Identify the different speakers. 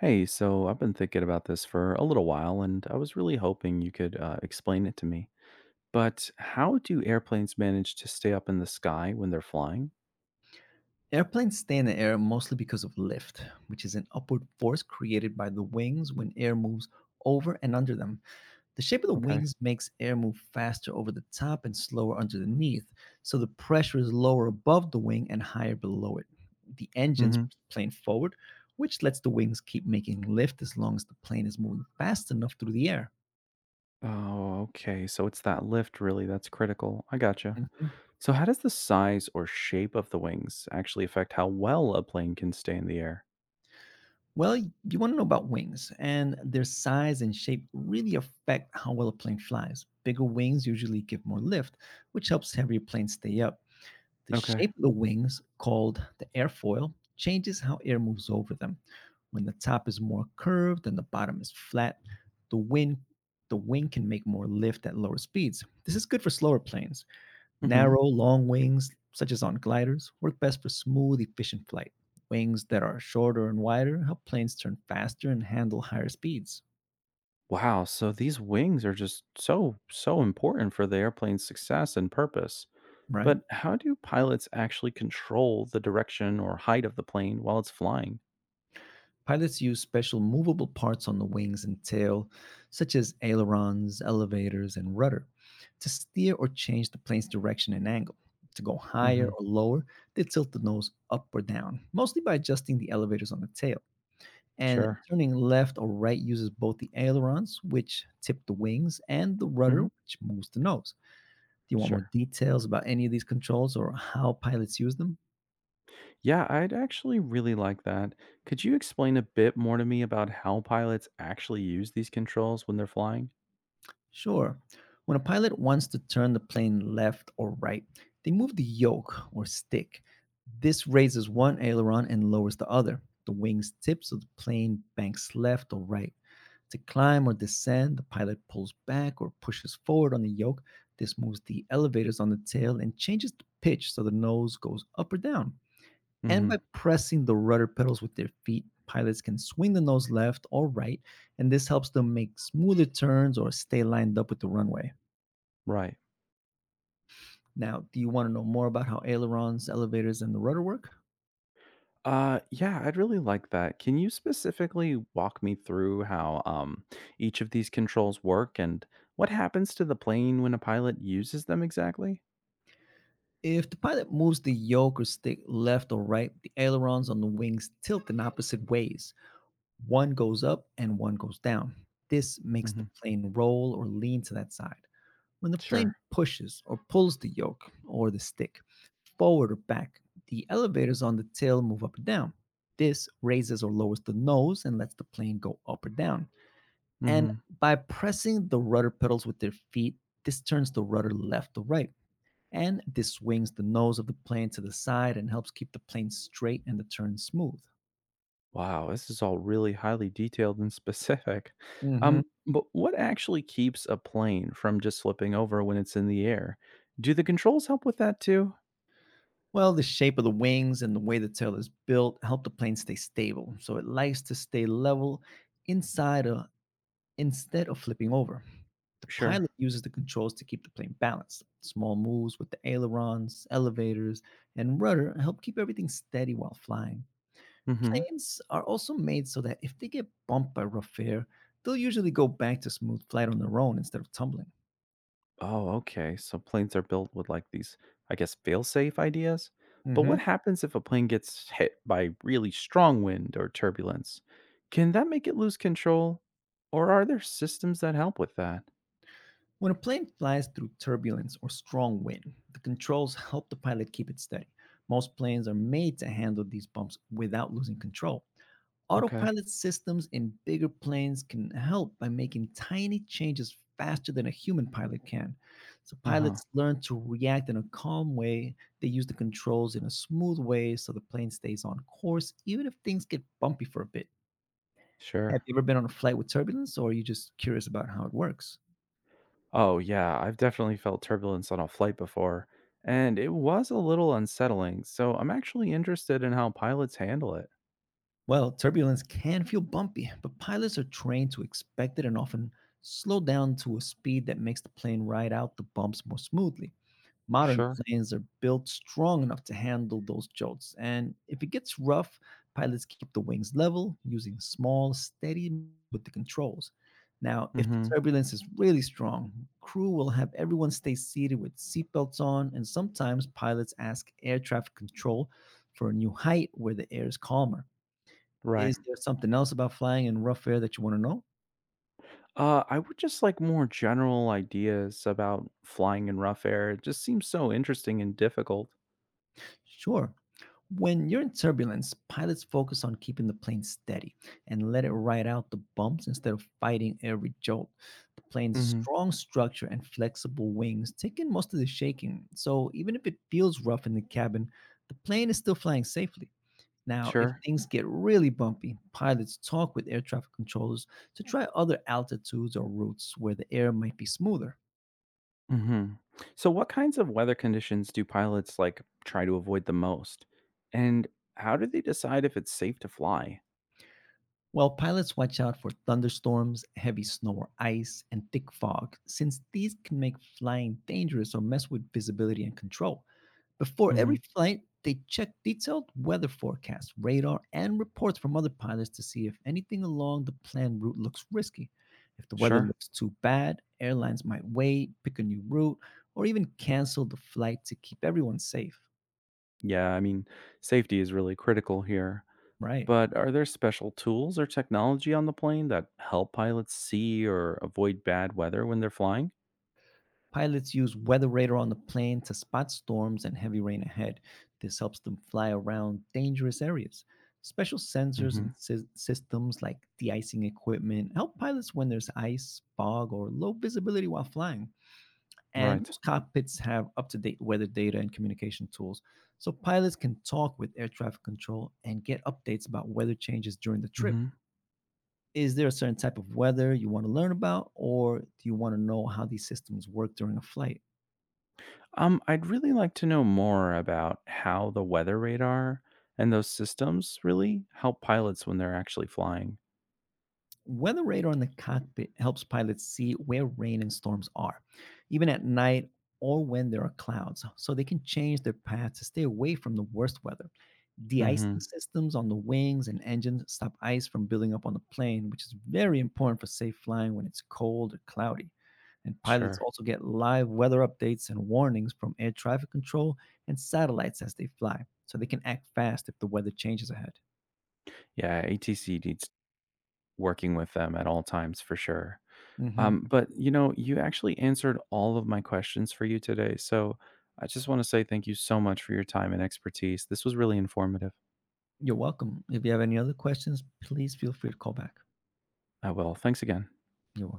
Speaker 1: Hey, so I've been thinking about this for a little while, and I was really hoping you could explain it to me. But how do airplanes manage to stay up in the sky when they're flying?
Speaker 2: Airplanes stay in the air mostly because of lift, which is an upward force created by the wings when air moves over and under them. The shape of the
Speaker 1: Okay.
Speaker 2: wings makes air move faster over the top and slower underneath, so the pressure is lower above the wing and higher below it. The engines
Speaker 1: Hmm.
Speaker 2: plane forward, which lets the wings keep making lift as long as the plane is moving fast enough through the air.
Speaker 1: Oh, okay. So it's that lift, really, that's critical. I gotcha.
Speaker 2: Mhm.
Speaker 1: So, how does the size or shape of the wings actually affect how well a plane can stay in the air?
Speaker 2: Well, you want to know about wings, and their size and shape really affect how well a plane flies. Bigger wings usually give more lift, which helps heavier planes stay up. The
Speaker 1: Okay.
Speaker 2: shape of the wings, called the airfoil, changes how air moves over them. When the top is more curved and the bottom is flat, the wind the wing can make more lift at lower speeds. This is good for slower planes.
Speaker 1: Hmm.
Speaker 2: Narrow, long wings, such as on gliders, work best for smooth, efficient flight. Wings that are shorter and wider help planes turn faster and handle higher speeds,
Speaker 1: Wow. So, these wings are just so, so important for the airplane's success and purpose.
Speaker 2: right?
Speaker 1: But how do pilots actually control the direction or height of the plane while it's flying?
Speaker 2: Pilots use special movable parts on the wings and tail, such as ailerons, elevators, and rudder, to steer or change the plane's direction and angle. To go higher
Speaker 1: Hmm.
Speaker 2: or lower, they tilt the nose up or down, mostly by adjusting the elevators on the tail, and
Speaker 1: Sure.
Speaker 2: turning left or right uses both the ailerons, which tip the wings, and the rudder,
Speaker 1: Hmm.
Speaker 2: which moves the nose. Do you want more
Speaker 1: Sure.
Speaker 2: details about any of these controls or how pilots use them?
Speaker 1: Yeah, I'd actually really like that. Could you explain a bit more to me about how pilots actually use these controls when they're flying?
Speaker 2: Sure. When a pilot wants to turn the plane left or right, they move the yoke or stick. This raises one aileron and lowers the other. The wings tip so the plane banks left or right. To climb or descend, the pilot pulls back or pushes forward on the yoke. This moves the elevators on the tail and changes the pitch so the nose goes up or down, and by
Speaker 1: Hmm.
Speaker 2: pressing the rudder pedals with their feet, pilots can swing the nose left or right, and this helps them make smoother turns or stay lined up with the runway.
Speaker 1: Right.
Speaker 2: Now, do you want to know more about how ailerons, elevators, and the rudder work?
Speaker 1: Yeah, I'd really like that. Can you specifically walk me through how each of these controls work and what happens to the plane when a pilot uses them exactly?
Speaker 2: If the pilot moves the yoke or stick left or right, the ailerons on the wings tilt in opposite ways. One goes up and one goes down. This makes the
Speaker 1: Hmm.
Speaker 2: plane roll or lean to that side. When the plane
Speaker 1: Sure.
Speaker 2: pushes or pulls the yoke or the stick, forward or back, the elevators on the tail move up or down. This raises or lowers the nose and lets the plane go up or down. And
Speaker 1: Hmm.
Speaker 2: by pressing the rudder pedals with their feet, this turns the rudder left or right. And this swings the nose of the plane to the side and helps keep the plane straight and the turn smooth.
Speaker 1: Wow, this is all really highly detailed and specific.
Speaker 2: Mm-hmm.
Speaker 1: But what actually keeps a plane from just slipping over when it's in the air? Do the controls help with that too?
Speaker 2: Well, the shape of the wings and the way the tail is built help the plane stay stable. So it likes to stay level inside a, instead of flipping over. The pilot
Speaker 1: Sure.
Speaker 2: uses the controls to keep the plane balanced. Small moves with the ailerons, elevators, and rudder help keep everything steady while flying.
Speaker 1: Mm-hmm.
Speaker 2: Planes are also made so that if they get bumped by rough air, they'll usually go back to smooth flight on their own instead of tumbling.
Speaker 1: Oh, okay. So planes are built with like these, I guess, fail-safe ideas. But
Speaker 2: Hmm.
Speaker 1: what happens if a plane gets hit by really strong wind or turbulence? Can that make it lose control? Or are there systems that help with that?
Speaker 2: When a plane flies through turbulence or strong wind, the controls help the pilot keep it steady. Most planes are made to handle these bumps without losing control.
Speaker 1: Okay.
Speaker 2: Autopilot systems in bigger planes can help by making tiny changes faster than a human pilot can. So,
Speaker 1: Uh-huh.
Speaker 2: pilots learn to react in a calm way. They use the controls in a smooth way so the plane stays on course, even if things get bumpy for a bit. Have
Speaker 1: Sure.
Speaker 2: you ever been on a flight with turbulence, or are you just curious about how it works?
Speaker 1: Oh, yeah, I've definitely felt turbulence on a flight before, and it was a little unsettling, so I'm actually interested in how pilots handle it.
Speaker 2: Well, turbulence can feel bumpy, but pilots are trained to expect it and often slow down to a speed that makes the plane ride out the bumps more smoothly. Modern
Speaker 1: Sure.
Speaker 2: planes are built strong enough to handle those jolts, and if it gets rough, pilots keep the wings level using small, steady moves with the controls. Now, if the
Speaker 1: Hmm.
Speaker 2: turbulence is really strong, crew will have everyone stay seated with seatbelts on, and sometimes pilots ask air traffic control for a new height where the air is calmer.
Speaker 1: Right.
Speaker 2: Is there something else about flying in rough air that you want to know?
Speaker 1: I would just like more general ideas about flying in rough air. It just seems so interesting and difficult.
Speaker 2: Sure. When you're in turbulence, pilots focus on keeping the plane steady and let it ride out the bumps instead of fighting every jolt. The plane's
Speaker 1: Hmm.
Speaker 2: strong structure and flexible wings take in most of the shaking, so even if it feels rough in the cabin, the plane is still flying safely. Now, if
Speaker 1: Sure.
Speaker 2: things get really bumpy, pilots talk with air traffic controllers to try other altitudes or routes where the air might be smoother.
Speaker 1: Hmm. So, what kinds of weather conditions do pilots like try to avoid the most? And how do they decide if it's safe to fly?
Speaker 2: Well, pilots watch out for thunderstorms, heavy snow or ice, and thick fog, since these can make flying dangerous or mess with visibility and control. Before
Speaker 1: Hmm.
Speaker 2: every flight, they check detailed weather forecasts, radar, and reports from other pilots to see if anything along the planned route looks risky. If the weather
Speaker 1: Sure.
Speaker 2: looks too bad, airlines might wait, pick a new route, or even cancel the flight to keep everyone safe.
Speaker 1: Yeah, I mean, safety is really critical here.
Speaker 2: Right.
Speaker 1: But are there special tools or technology on the plane that help pilots see or avoid bad weather when they're flying?
Speaker 2: Pilots use weather radar on the plane to spot storms and heavy rain ahead. This helps them fly around dangerous areas. Special sensors and
Speaker 1: Hmm.
Speaker 2: systems like de icing equipment help pilots when there's ice, fog, or low visibility while flying. And
Speaker 1: Right.
Speaker 2: most cockpits have up to date weather data and communication tools, so pilots can talk with air traffic control and get updates about weather changes during the trip.
Speaker 1: Hmm.
Speaker 2: Is there a certain type of weather you want to learn about, or do you want to know how these systems work during a flight?
Speaker 1: I'd really like to know more about how the weather radar and those systems really help pilots when they're actually flying.
Speaker 2: Weather radar in the cockpit helps pilots see where rain and storms are, even at night or when there are clouds, so they can change their path to stay away from the worst weather. De-icing
Speaker 1: Hmm.
Speaker 2: systems on the wings and engines stop ice from building up on the plane, which is very important for safe flying when it's cold or cloudy. And pilots
Speaker 1: Sure.
Speaker 2: also get live weather updates and warnings from air traffic control and satellites as they fly, so they can act fast if the weather changes ahead.
Speaker 1: Yeah, ATC needs working with them at all times for sure.
Speaker 2: Mhm.
Speaker 1: You actually answered all of my questions for you today. So I just want to say thank you so much for your time and expertise. This was really informative.
Speaker 2: You're welcome. If you have any other questions, please feel free to call back.
Speaker 1: I will. Thanks again.
Speaker 2: You're welcome.